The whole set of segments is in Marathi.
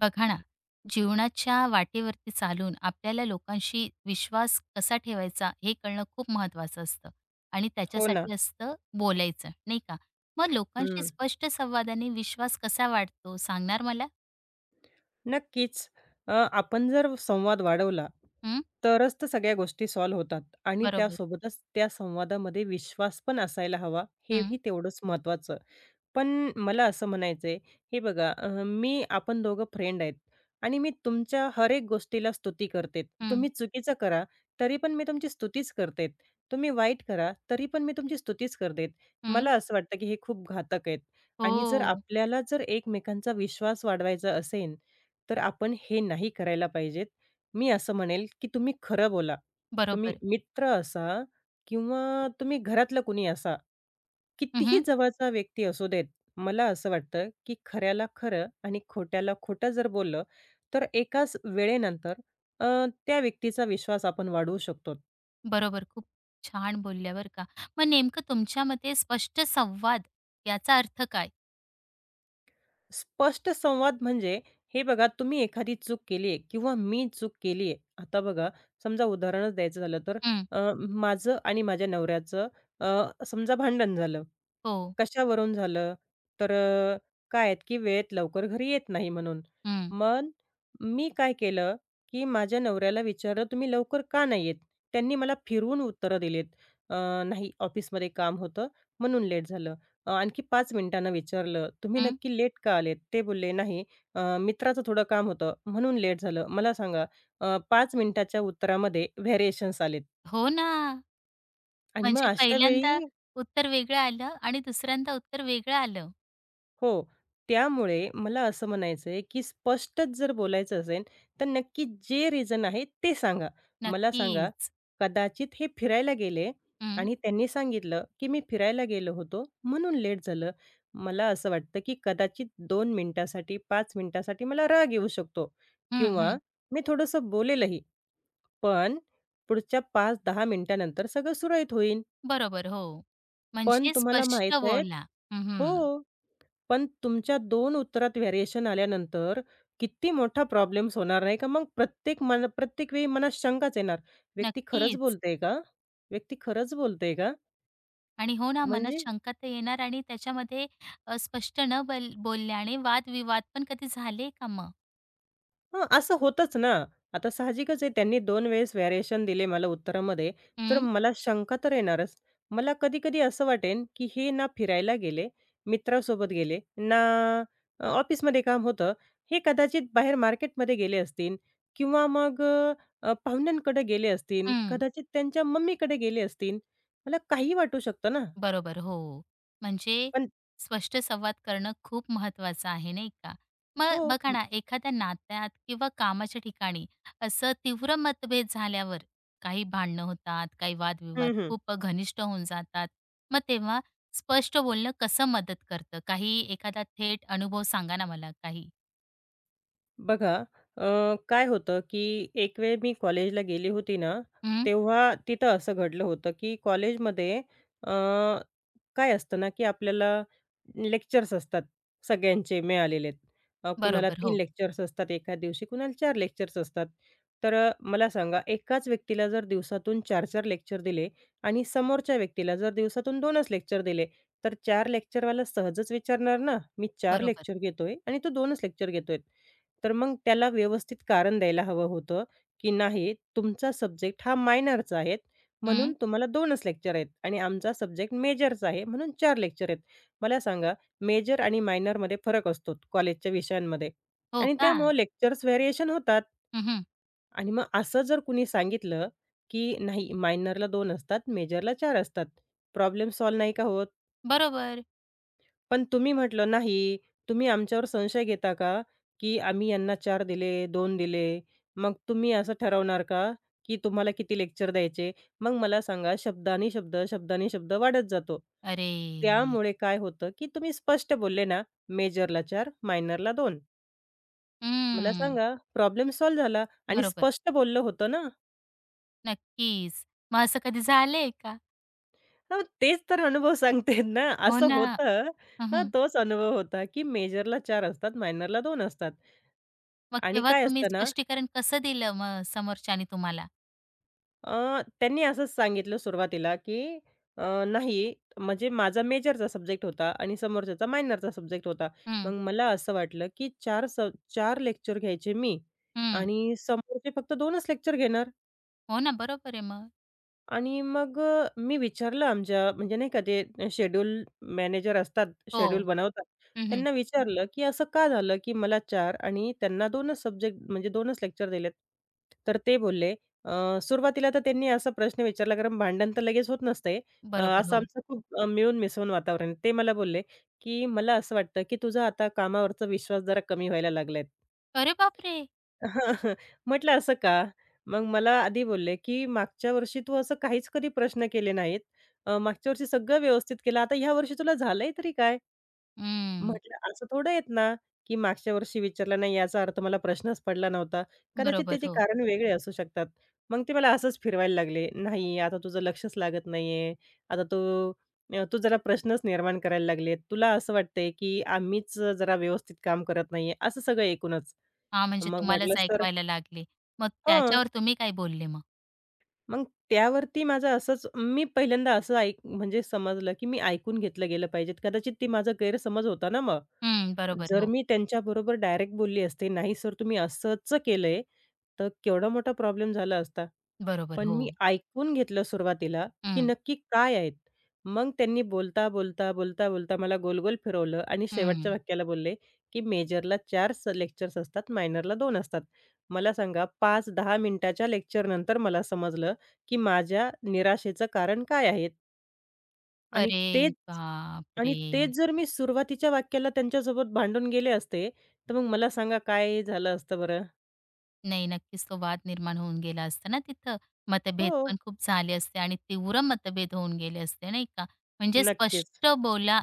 बघा ना, जीवनाच्या वाटेवरती चालून आपल्याला लोकांशी विश्वास कसा ठेवायचा हे कळणं खूप महत्त्वाचं असतं आणि हो ना. त्याच्यासाठी असतं बोलायचं, नाही का? मग लोकांशी हं. स्पष्ट संवादाने विश्वास कसा वाढतो सांगणार मला? नक्कीच. अ, आपण जर संवाद वाढवला, हं, तरच तर सगळ्या गोष्टी सॉल्व्ह होतात आणि बरोबर. त्यासोबतच त्या संवादामध्ये विश्वास पण असायला हवा, हेही हं, तेवढंच महत्त्वाचं. पण मला असं म्हणायचंय, हे बघा मी आपण दोघं फ्रेंड आहेत आणि मी तुमच्या हर एक गोष्टीला स्तुती करते. हं, तुम्ही चुकीचं करा, तरी पण मी तुमची स्तुतीच करते. तुम्ही वाईट करा, तरी पण मी तुमची स्तुतीच करते. हं. मला असं वाटतं, की हे खूप घातक आहेत आणि जर हो, आपल्याला जर एकमेकांचा विश्वास वाढवायचा असेल, तर आपण हे नाही करायला पाहिजेत. मी असं म्हणेल, की तुम्ही खरं बोला. तुम्ही बरोबर. मित्र असा किंवा तुम्ही घरातलं कुणी असा, कितीही हं, जवळचा व्यक्ती असू देत. मला असं वाटतं, की खऱ्याला खरं आणि खोट्याला खोटं जर बोललं, तर एकाच वेळेनंतर अ, त्या व्यक्तीचा विश्वास आपण वाढवू शकतो. बरोबर, खूप छान बोलल्या का. मग नेमकं तुमच्या मते स्पष्ट संवाद याचा अर्थ काय? स्पष्ट संवाद म्हणजे हे बघा तुम्ही एखादी चूक केली आहे किंवा मी चूक केली आहे. आता बघा समजा उदाहरणच द्यायचं झालं तर हं, माझं आणि माझ्या नवऱ्याचं समजा भांडण झालं हो. कशावरून झालं? तर काय आहेत, की वेळेत लवकर घरी येत नाही म्हणून. हं, मग मी काय केलं, की माझ्या नवऱ्याला विचारलं, "तुम्ही लवकर का नाही येत?" त्यांनी मला फिरवून उत्तरं दिलीत. अ, "नाही, ऑफिसमध्ये काम होतं, म्हणून लेट झालं." आणखी 5 मिनिटांनं विचारलं, "तुम्ही हं. नक्की लेट का आलेत?" ते बोलले, "नाही, मित्राचं थोडं काम होतं, म्हणून लेट झालं." मला सांगा, 5 मिनिटाच्या उत्तरामध्ये व्हेरिएशन्स आलेत हो ना. आणि मग म्हणजे अशा पहिल्यांदा वेळी उत्तर वेगळं आलं आणि दुसऱ्यांदा उत्तर वेगळं आलं. हो. त्यामुळे मला असं म्हणायचं आहे, की स्पष्टच जर बोलायचं असेल, तर नक्की जे रिझन आहे ते सांगा. मला सांगा, नक्कीच. कदाचित हे फिरायला गेले हं, आणि त्यांनी सांगितलं, की "मी फिरायला गेलो होतो, म्हणून लेट झालं." मला असं वाटतं, की कदाचित दोन मिनिटासाठी, 5 मिनिटासाठी मला राग येऊ शकतो हं, किंवा हं. मी थोडंसं बोलेलही. पण पुढच्या 5-10 मिनिटानंतर सगळं सुरळीत होईल. बरोबर, हो. पण म्हणजे तुम्हाला स्पष्ट माहीत आहे बोला. हं, हो. पण तुमच्या 2 उत्तरात व्हेरिएशन आल्यानंतर किती मोठा प्रॉब्लेम्स होणार नाही का? मग प्रत्येक मन प्रत्येक वेळी मनात शंकाच येणार, व्यक्ती खरंच नक्कीच. बोलते का? व्यक्ती खरंच बोलते का? आणि हो ना, म्हणजे मनात शंका तर येणार आणि त्याच्यामध्ये स्पष्ट न बोलल्याने वादविवाद पण कधी झाले का मग? हं, असं होतंच ना. आता साहजिकच आहे त्यांनी दोन वेळेस व्हेरिएशन दिले मला उत्तरामध्ये, तर हं, मला शंका तर येणारच. मला कधी-कधी असं वाटेन, की हे ना फिरायला गेले, मित्रासोबत गेले, ना ऑफिसमध्ये काम होतं. हे कदाचित बाहेर मार्केटमध्ये गेले असतील किंवा मग पाहुण्यांकडे गेले असतील, हं. कदाचित त्यांच्या मम्मीकडे गेले असतील. मला काहीही वाटू शकतं ना. बरोबर, हो. म्हणजे पण स्पष्ट संवाद करणं खूप महत्त्वाचं आहे, नाही का? मग हो. बघा ना, एखाद्या नात्यात किंवा कामाच्या ठिकाणी असं तीव्र मतभेद झाल्यावर काही भांडणं होतात, काही वादविवाद हं, हं. खूप घनिष्ठ होऊन जातात. मग तेव्हा स्पष्ट बोलणं कसं मदत करतं? काही एखादा थेट अनुभव सांगा ना मला काही? बघा, काय होतं, की एक वेळ मी कॉलेजला गेली होती ना, हं, तेव्हा तिथं असं घडलं होतं, की कॉलेजमध्ये अ, काय असतं ना, की आपल्याला लेक्चर्स असतात सगळ्यांचे मिळालेले. कुणाला बरोबर. 3 हो, लेक्चर्स असतात एका दिवशी, कुणाला 4 लेक्चर्स असतात. तर मला सांगा एकाच व्यक्तीला जर दिवसातून 4-4 लेक्चर दिले आणि समोरच्या व्यक्तीला जर दिवसातून 2च लेक्चर दिले, तर 4 लेक्चरवाला सहजच विचारणार ना, मी 4 बरोबर. लेक्चर घेतोय आणि तू 2च लेक्चर घेतोय. तर मग त्याला व्यवस्थित कारण द्यायला हवं होतं, की नाही तुमचा सब्जेक्ट हा मायनरचा आहे, म्हणून हं, तुम्हाला 2च लेक्चर आहेत आणि आमचा सब्जेक्ट मेजरचा आहे म्हणून 4 लेक्चर आहेत. मला सांगा मेजर आणि मायनरमध्ये फरक असतो कॉलेजच्या विषयांमध्ये हो आणि का? त्यामुळं लेक्चर्स व्हेरिएशन होतात. हं, हं. आणि मग असं जर कुणी सांगितलं, की नाही मायनरला 2 असतात, मेजरला 4 असतात. प्रॉब्लेम सॉल्व्ह नाही का होत? बरोबर. पण तुम्ही म्हटलं नाही. तुम्ही आमच्यावर संशय घेता का, की आम्ही यांना चार दिले, दोन दिले. मग तुम्ही असं ठरवणार का, की तुम्हाला किती लेक्चर द्यायचे? मग मला सांगा शब्दानी शब्द, शब्दानी शब्द वाढत जातो. अरे! त्यामुळे काय होतं, की तुम्ही स्पष्ट बोलले ना, मेजरला 4, मायनरला 2. मला हं, सांगा प्रॉब्लेम सॉल्व्ह झाला आणि बरोबर. स्पष्ट बोललं होतं ना. नक्कीच. मग असं कधी झालंय का? हो, तेच तर अनुभव सांगते ना. हो असं ना. होतं हं, हां, हं. तोच अनुभव होता, की मेजरला 4 असतात, मायनरला दोन असतात. मग आणि तेव्हा काय तुम्ही असतं ना, स्पष्टीकरण कसं दिलं मग समोरच्याने तुम्हाला? अ, त्यांनी असंच सांगितलं सुरुवातीला, की अ, नाही म्हणजे माझा मेजरचा सब्जेक्ट होता आणि समोरच्याचा मायनरचा सब्जेक्ट होता. मग हं, मला असं वाटलं, की 4 लेक्चर घ्यायचे मी हं. आणि समोरचे फक्त 2च लेक्चर घेणार. हो ना, बरोबर आहे मग. आणि मग मी विचारलं आमच्या म्हणजे नाही का ते शेड्यूल मॅनेजर असतात, शेड्यूल हो. बनवतात. हं, हं. त्यांना विचारलं, की असं का झालं, की मला चार आणि त्यांना 2च सब्जेक्ट म्हणजे 2च लेक्चर दिलेत. तर ते बोलले सुरुवातीला तर त्यांनी असा प्रश्न विचारला कारण भांडण तर लगेच होत नसते. बरोबर, असं हो. आमचं खूप मिळून मिसळून वातावरण आहे. ते मला बोलले, की "मला असं वाटतं, की तुझा आता कामावरचा विश्वास जरा कमी व्हायला लागलाय." अरे बापरे! म्हटलं, "असं का?" मग मला आधी बोलले, की "मागच्या वर्षी तू असं काहीच कधी प्रश्न केले नाहीत. मागच्या वर्षी सगळं व्यवस्थित केलं. आता ह्या वर्षी तुला झालंय तरी काय?" हं. म्हटलं, "असं थोडं आहेत ना, की मागच्या वर्षी विचारलं नाही याचा अर्थ मला प्रश्नच पडला नव्हता. कदाचित बरोबर, त्याचे हो. कारण वेगळे असू शकतात." मग ते मला असंच फिरवायला लागले, "नाही, आता तुझं लक्षच लागत नाहीये. आता तू जरा प्रश्नच निर्माण करायला लागले. तुला असं वाटतंय, की आम्हीच जरा व्यवस्थित काम करत नाहीये." असं सगळं एकूणच. हां, म्हणजे मग म्हटलं, तुम्हालाच "सर" ऐकवायला लागले. मग त्याच्यावर तुम्ही काय बोलले मग? मग त्यावरती माझं असंच मी पहिल्यांदा असं ऐक म्हणजे समजलं, की मी ऐकून घेतलं गेलं पाहिजे. कदाचित ती माझा गैरसमज होता ना मग. हं, बरोबर, जर हो. मी त्यांच्याबरोबर डायरेक्ट बोलली असते, "नाही सर तुम्ही असंच केलंय," तर केवढा मोठा प्रॉब्लेम झाला असता. बरोबर, पण हो. मी ऐकून घेतलं सुरुवातीला, की हं, नक्की काय आहेत. मग त्यांनी बोलता, बोलता, मला गोलगोल फिरवलं आणि शेवटच्या हं. वाक्याला बोलले, की "मेजरला 4 लेक्चर्स असतात, मायनरला 2 असतात." मला सांगा 5-10 मिनिटाच्या लेक्चरनंतर मला समजलं, की माझ्या निराशेचं कारण काय आहे? आणि अरे तेच आणि बापरे! तेच जर मी सुरुवातीच्या वाक्याला त्यांच्यासोबत भांडून गेले असते, तर मग मला सांगा काय झालं असतं बरं? नाही, नक्कीच तो वाद निर्माण होऊन गेला असता ना तिथं. मतभेद हो, पण खूप झाले असते आणि तीव्र मतभेद होऊन गेले असते, नाही का? म्हणजे नक्कीच, स्पष्ट बोला.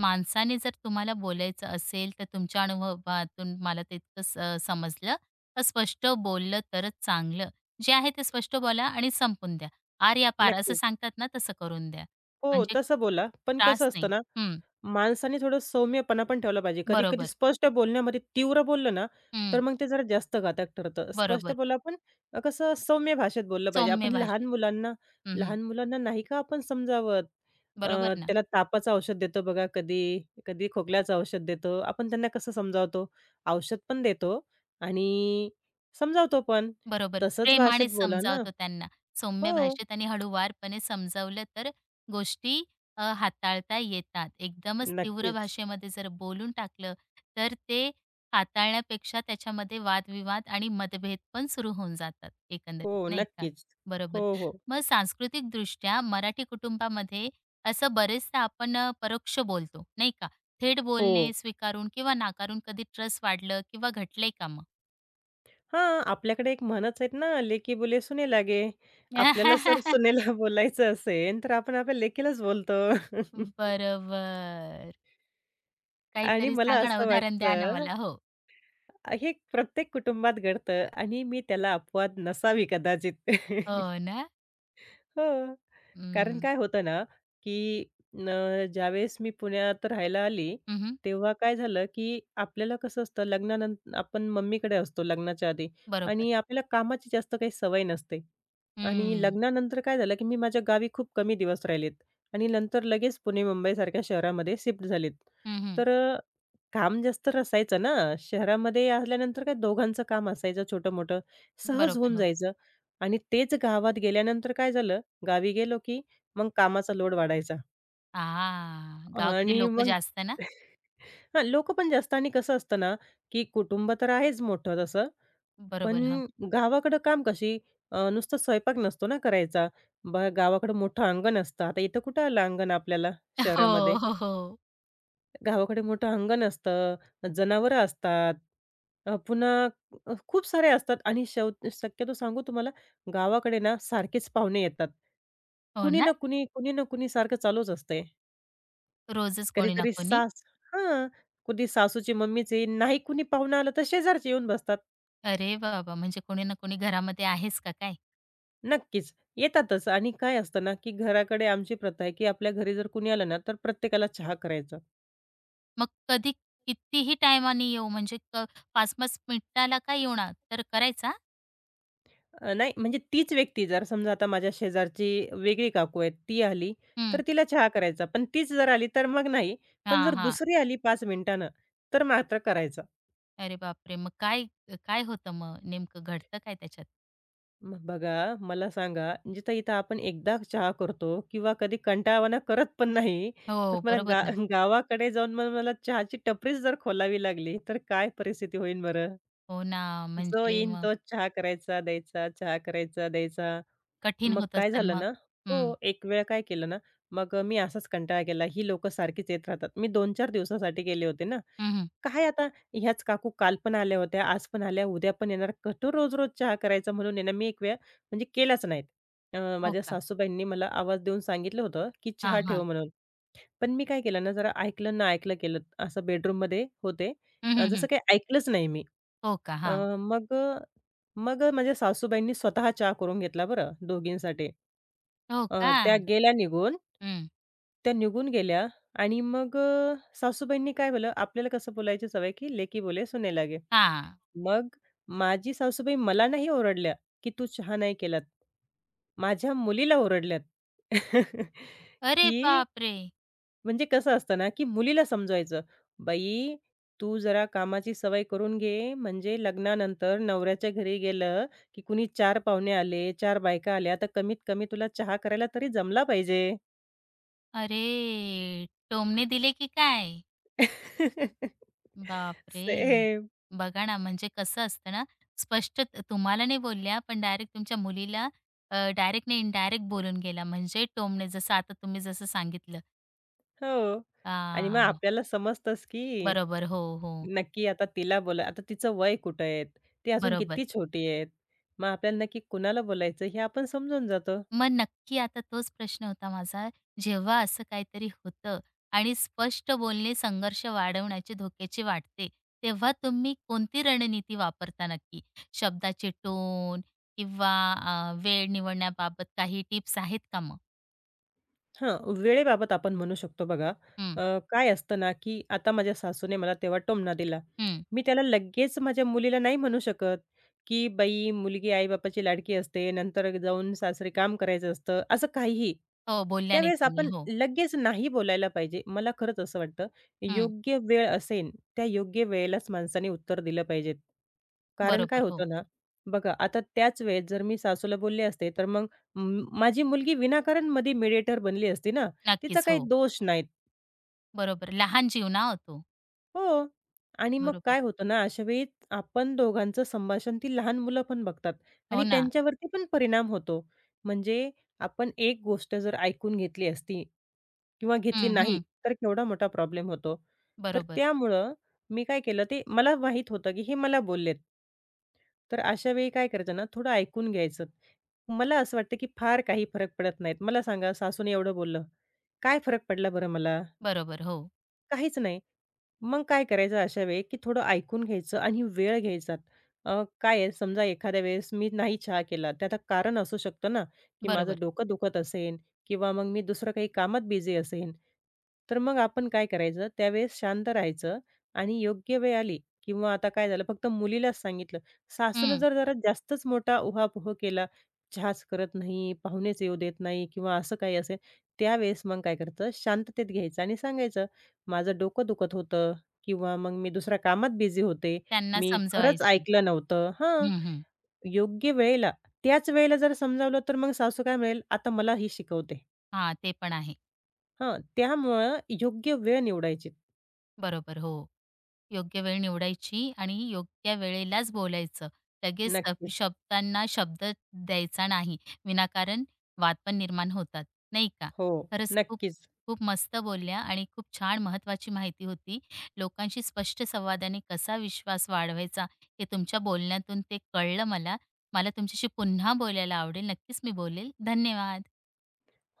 माणसाने जर तुम्हाला बोलायचं असेल, तर तुमच्या अनुभवातून मला ते इतकं समजलं, तर स्पष्ट बोललं तरच चांगलं. जे आहे ते स्पष्ट बोला आणि संपून द्या. आर या पार असं नक्कीच. सांगतात ना, तसं करून द्या. हो, म्हणजे तसं बोला. पण त्रास कसं असतं नाही. ना हं, माणसाने थोडं सौम्यपणा पण ठेवला पाहिजे. कधी-कधी बरोबर. स्पष्ट बोलण्यामध्ये तीव्र बोललं ना, तर हं, मग ते जरा जास्त घातक ठरतं. स्पष्ट बरोबर. बोला पण कसं सौम्य भाषेत बोललं पाहिजे. सौम्य आपण लहान भाषेत. मुलांना हं, हं. लहान मुलांना नाही का आपण समजावत. अ, बरोबर ना? त्याला तापाचं औषध देतो बघा कधी, कधी खोकल्याचं औषध देतो. आपण त्यांना कसं समजावतो? औषध पण देतो आणि समजावतो पण. बरोबर. तसंच भाषेत प्रेमाने बोला ना. समजावतो त्यांना. सौम्य हो, भाषेत आणि हळूवारपणे समजावलं तर गोष्टी हाताळता येतात. एकदमच तीव्र नक्कीच. भाषेमध्ये जर बोलून टाकलं, तर ते हाताळण्यापेक्षा त्याच्यामध्ये वादविवाद आणि मतभेद पण सुरू होऊन जातात हो, एकंदरीत, नाही का? नक्कीच. हो, बरोबर. हो. मग सांस्कृतिकदृष्ट्या मराठी कुटुंबामध्ये असं बरेचदा आपण परोक्ष बोलतो, नाही का? थेट हो. बोलणे स्वीकारून किंवा नाकारून कधी ट्रस्ट वाढलं किंवा घटलंय का मग? हां, आपल्याकडे एक म्हणच आहेत ना, "लेकी बोले सुने लागे." आपल्याला सर सुनेला बोलायचं असेल, तर आपण आपल्या लेकीलाच बोलतो. बरोबर. आणि काहीतरी मला सांगा ना, असं उदाहरण द्या ना वाटतं, मला. हो. हे प्रत्येक कुटुंबात घडतं आणि मी त्याला अपवाद नसावी कदाचित. हो ना? हो. कारण हं. काय होतं ना, की न ज्यावेळेस मी पुण्यात राहायला आली, हं, तेव्हा काय झालं, की आपल्याला कसं असतं लग्नानं आपण मम्मीकडे असतो लग्नाच्या आधी बरोबर. आणि आपल्याला कामाची जास्त काही सवय नसते. आणि हं. लग्नानंतर काय झालं, की मी माझ्या गावी खूप कमी दिवस राहिलेत आणि नंतर लगेच पुणे मुंबईसारख्या शहरामध्ये शिफ्ट झालेत. हं, तर काम जास्त असायचं ना, शहरामध्ये आल्यानंतर काय दोघांचं काम असायचं छोटं-मोठं, सहज होऊन बरोबर. हो. जायचं आणि तेच गावात गेल्यानंतर काय झालं, गावी गेलो की मग कामाचा लोड वाढायचा हां. गावाकडे आणि लोकं मग जास्त ना? हां, लोकं पण जास्त आणि कसं असतं ना, की कुटुंब तर आहेच मोठं तसं, बरोबर. हां. पण गावाकडं काम कशी नुसतं स्वयंपाक नसतो ना करायचा. गावाकडं मोठं अंगण असतं. आता इथं कुठं आलं अंगण आपल्याला हो, शहरामध्ये. हो, हो. गावाकडे मोठं अंगण असतं, जनावरं असतात, अ, पुन्हा खूप सारे असतात आणि शक्यतो सांगू तुम्हाला गावाकडे ना सारखेच पाहुणे येतात. हो कुणी ना? ना कुणी, कुणी ना कुणी सारखं चालूच असतंय. रोजच कोणी ना कधीतरी कोणी. सास हां, कुणी सासूची मम्मीच येईन, नाही कुणी पाहुणा आलं तर शेजारचे येऊन बसतात. अरे बाबा! म्हणजे कोणी ना कोणी घरामध्ये आहेच का काय? नक्कीच, येतातच आणि काय असतं ना, की घराकडे आमची प्रथा आहे, की आपल्या घरी जर कुणी आलं ना, तर प्रत्येकाला चहा करायचा. मग कधी कितीही टायमाने येऊ म्हणजे 5-5 मिनिटाला का येऊना, तर करायचा? नाही म्हणजे तीच व्यक्ती जर समजा आता माझ्या शेजारची वेगळी काकू आहे, ती आली तर हं. तिला चहा करायचा. पण तीच जर आली तर मग नाही. पण हां, जर हां. दुसरी आली 5 मिनिटानं, तर मात्र करायचा. अरे बापरे! मग काय काय होतं मग? नेमकं घडतं काय त्याच्यात? मग बघा, मला सांगा, जिथं इथं आपण एकदा चहा करतो किंवा कधी कंटाळवाणा करत पण नाही, तर हो, मला बरोबर गा ना. गावाकडे जाऊन मग मला चहाची टपरीच जर खोलावी लागली, तर काय परिस्थिती होईल बरं? हो ना, जो म्हणजे येईन मग तो चहा करायचा, द्यायचा, चहा करायचा, द्यायचा. कठीण मग होत काय असेल झालं मग? ना हं, हो, एक वेळ काय केलं ना, मग मी असाच कंटाळा केला, ही लोक सारखीच येत राहतात. मी 2-4 दिवसासाठी गेले होते ना. हं, हं. काय आता ह्याच काकू काल पण आल्या होत्या, आज पण आल्या, उद्या पण येणार. कुठं रोज-रोज चहा करायचा म्हणून आहे ना, मी एक वेळ म्हणजे केलाच नाहीत. हो माझ्या का? सासूबाईंनी मला आवाज देऊन सांगितलं होतं, की हां, चहा ठेव हां. म्हणून. पण मी काय केलं ना, जरा ऐकलं ना ऐकलं केलं. असं बेडरूममध्ये होते. हं, हं, जसं हं. काही ऐकलंच नाही मी. हो का? अ, हां. मग मग माझ्या सासूबाईंनी स्वतः चहा करून घेतला बरं दोघींसाठी. हो का? त्या गेल्या निघून. हं. त्या निघून गेल्या आणि मग सासूबाईंनी काय केलं, आपल्याला कसं बोलायची सवय, की "लेकी बोले सुने लागे." हां. मग माझी सासूबाई मला नाही ओरडल्या, की "तू चहा नाही केलात." माझ्या मुलीला ओरडल्यात. अरे की बापरे! म्हणजे कसं असतं ना, की मुलीला समजवायचं, "बाई, तू जरा कामाची सवय करून घे, म्हणजे लग्नानंतर नवऱ्याच्या घरी गेलं, की कुणी 4 पाहुणे आले, 4 बायका आल्या, तर कमीत कमी तुला चहा करायला तरी जमला पाहिजे." अरे! टोमणे दिले की काय? बापरे! सेम. बघा ना, म्हणजे कसं असतं ना, स्पष्ट तुम्हाला नाही बोलल्या, पण डायरेक्ट तुमच्या मुलीला डायरेक्ट नाही, इनडायरेक्ट बोलून गेला. म्हणजे टोमणे, जसं आता तुम्ही जसं सांगितलं. हो. आणि मग हां, आपल्याला समजतंच, की बरोबर. हो, हो. नक्की आता तिला बोला आता तिचं वय कुठं आहे? ती अजून बरोबर. किती छोटी आहे? मग आपल्याला नक्की कुणाला बोलायचं हे आपण समजून जातो. मग नक्की आता तोच प्रश्न होता माझा. जेव्हा असं काहीतरी होतं आणि स्पष्ट बोलणे संघर्ष वाढवण्याचे धोक्याचे वाटते, तेव्हा तुम्ही कोणती रणनीती वापरता नक्की? शब्दाचे टोन किंवा वेळ निवडण्याबाबत काही टिप्स आहेत का मग? हां, वेळेबाबत आपण म्हणू शकतो बघा. हं, अ, काय असतं ना, की आता माझ्या सासूने मला तेव्हा टोमणा दिला. हं. मी त्याला लगेच माझ्या मुलीला नाही म्हणू शकत, की "बाई, मुलगी आई-बापाची लाडकी असते, नंतर जाऊन सासरी काम करायचं असतं," असं काहीही. हो, बोलल्याने त्यावेळेस तुम्ही. आपण हो. लगेच नाही बोलायला पाहिजे. मला खरंच असं वाटतं, हं. योग्य वेळ असेन, त्या योग्य वेळेलाच माणसाने उत्तर दिलं पाहिजे. कारण काय बरोबर. हो. होतं ना, बघा आता त्याच वेळेत जर मी सासूला बोलले असते, तर मग माझी मुलगी विनाकारण मध्ये मेडिएटर बनली असती ना, तिचा नक्कीच. काही हो. दोष नाही. बरोबर. लहान जीव ना हो तो. हो. आणि मग बरोबर. काय होतं ना, अशा वेळी आपण दोघांचं संभाषण ती लहान मुलं पण बघतात हो आणि ना. त्यांच्यावरती पण परिणाम होतो. म्हणजे आपण एक गोष्ट जर ऐकून घेतली असती किंवा घेतली हं, नाही, हं. तर केवढा मोठा प्रॉब्लेम होतो. तर बरोबर. त्यामुळं मी काय केलं, ते मला माहीत होतं की हे मला बोललेत. तर अशा वेळी काय करायचं ना, थोडं ऐकून घ्यायचं. मला असं वाटतं की फार काही फरक पडत नाहीत. मला सांगा सासूने एवढं बोललं, काय फरक पडला बरं मला? बरोबर. हो. काहीच नाही. मग काय करायचं अशा वेळी, की थोडं ऐकून घ्यायचं आणि वेळ घ्यायचा. काय आहे समजा एखाद्या वेळेस मी नाही चहा केला, त्याचं कारण असू शकतं ना, की माझं बरोबर. डोकं दुखत असेल किंवा मग मी दुसरं काही कामात बिझी असेन. तर मग आपण काय करायचं त्यावेळेस शांत राहायचं आणि योग्य वेळ आली किंवा आता काय झालं फक्त मुलीलाच सांगितलं. सासूनं हं. जर जरा जास्तच मोठा उहापोह केला, चहाच करत नाही, पाहुणेच येऊ देत नाही किंवा असं काही असेल, त्यावेळेस मग काय करायचं शांततेत घ्यायचं आणि सांगायचं. माझं डोकं दुखत होतं किंवा मग मी दुसऱ्या कामात बिझी होते. त्यांना मी खरंच समजवायचं. ऐकलं नव्हतं हां, हं, हं. योग्य वेळेला त्याच वेळेला जर समजावलं, तर मग सासू काय म्हणेल, "आता मला ही शिकवते." हां, ते पण आहे. हां, त्यामुळं योग्य वेळ निवडायची. बरोबर, हो. योग्य वेळ निवडायची आणि योग्य वेळेलाच बोलायचं. लगेच नक्कीच. शब्दांना शब्द द्यायचा नाही. विनाकारण वाद पण निर्माण होतात, नाही का? हो, खरंच खूप नक्कीच. खूप मस्त बोलल्या आणि खूप छान महत्वाची माहिती होती. लोकांशी स्पष्ट संवादाने कसा विश्वास वाढवायचा हे तुमच्या बोलण्यातून ते कळलं मला. मला तुमच्याशी पुन्हा बोलायला आवडेल. नक्कीच मी बोलेल. धन्यवाद.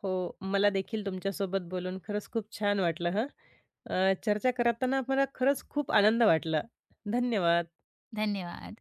हो, मला देखील तुमच्यासोबत बोलून खरंच खूप छान वाटलं हं. चर्चा करताना मला खरंच खूप आनंद वाटला. धन्यवाद. धन्यवाद.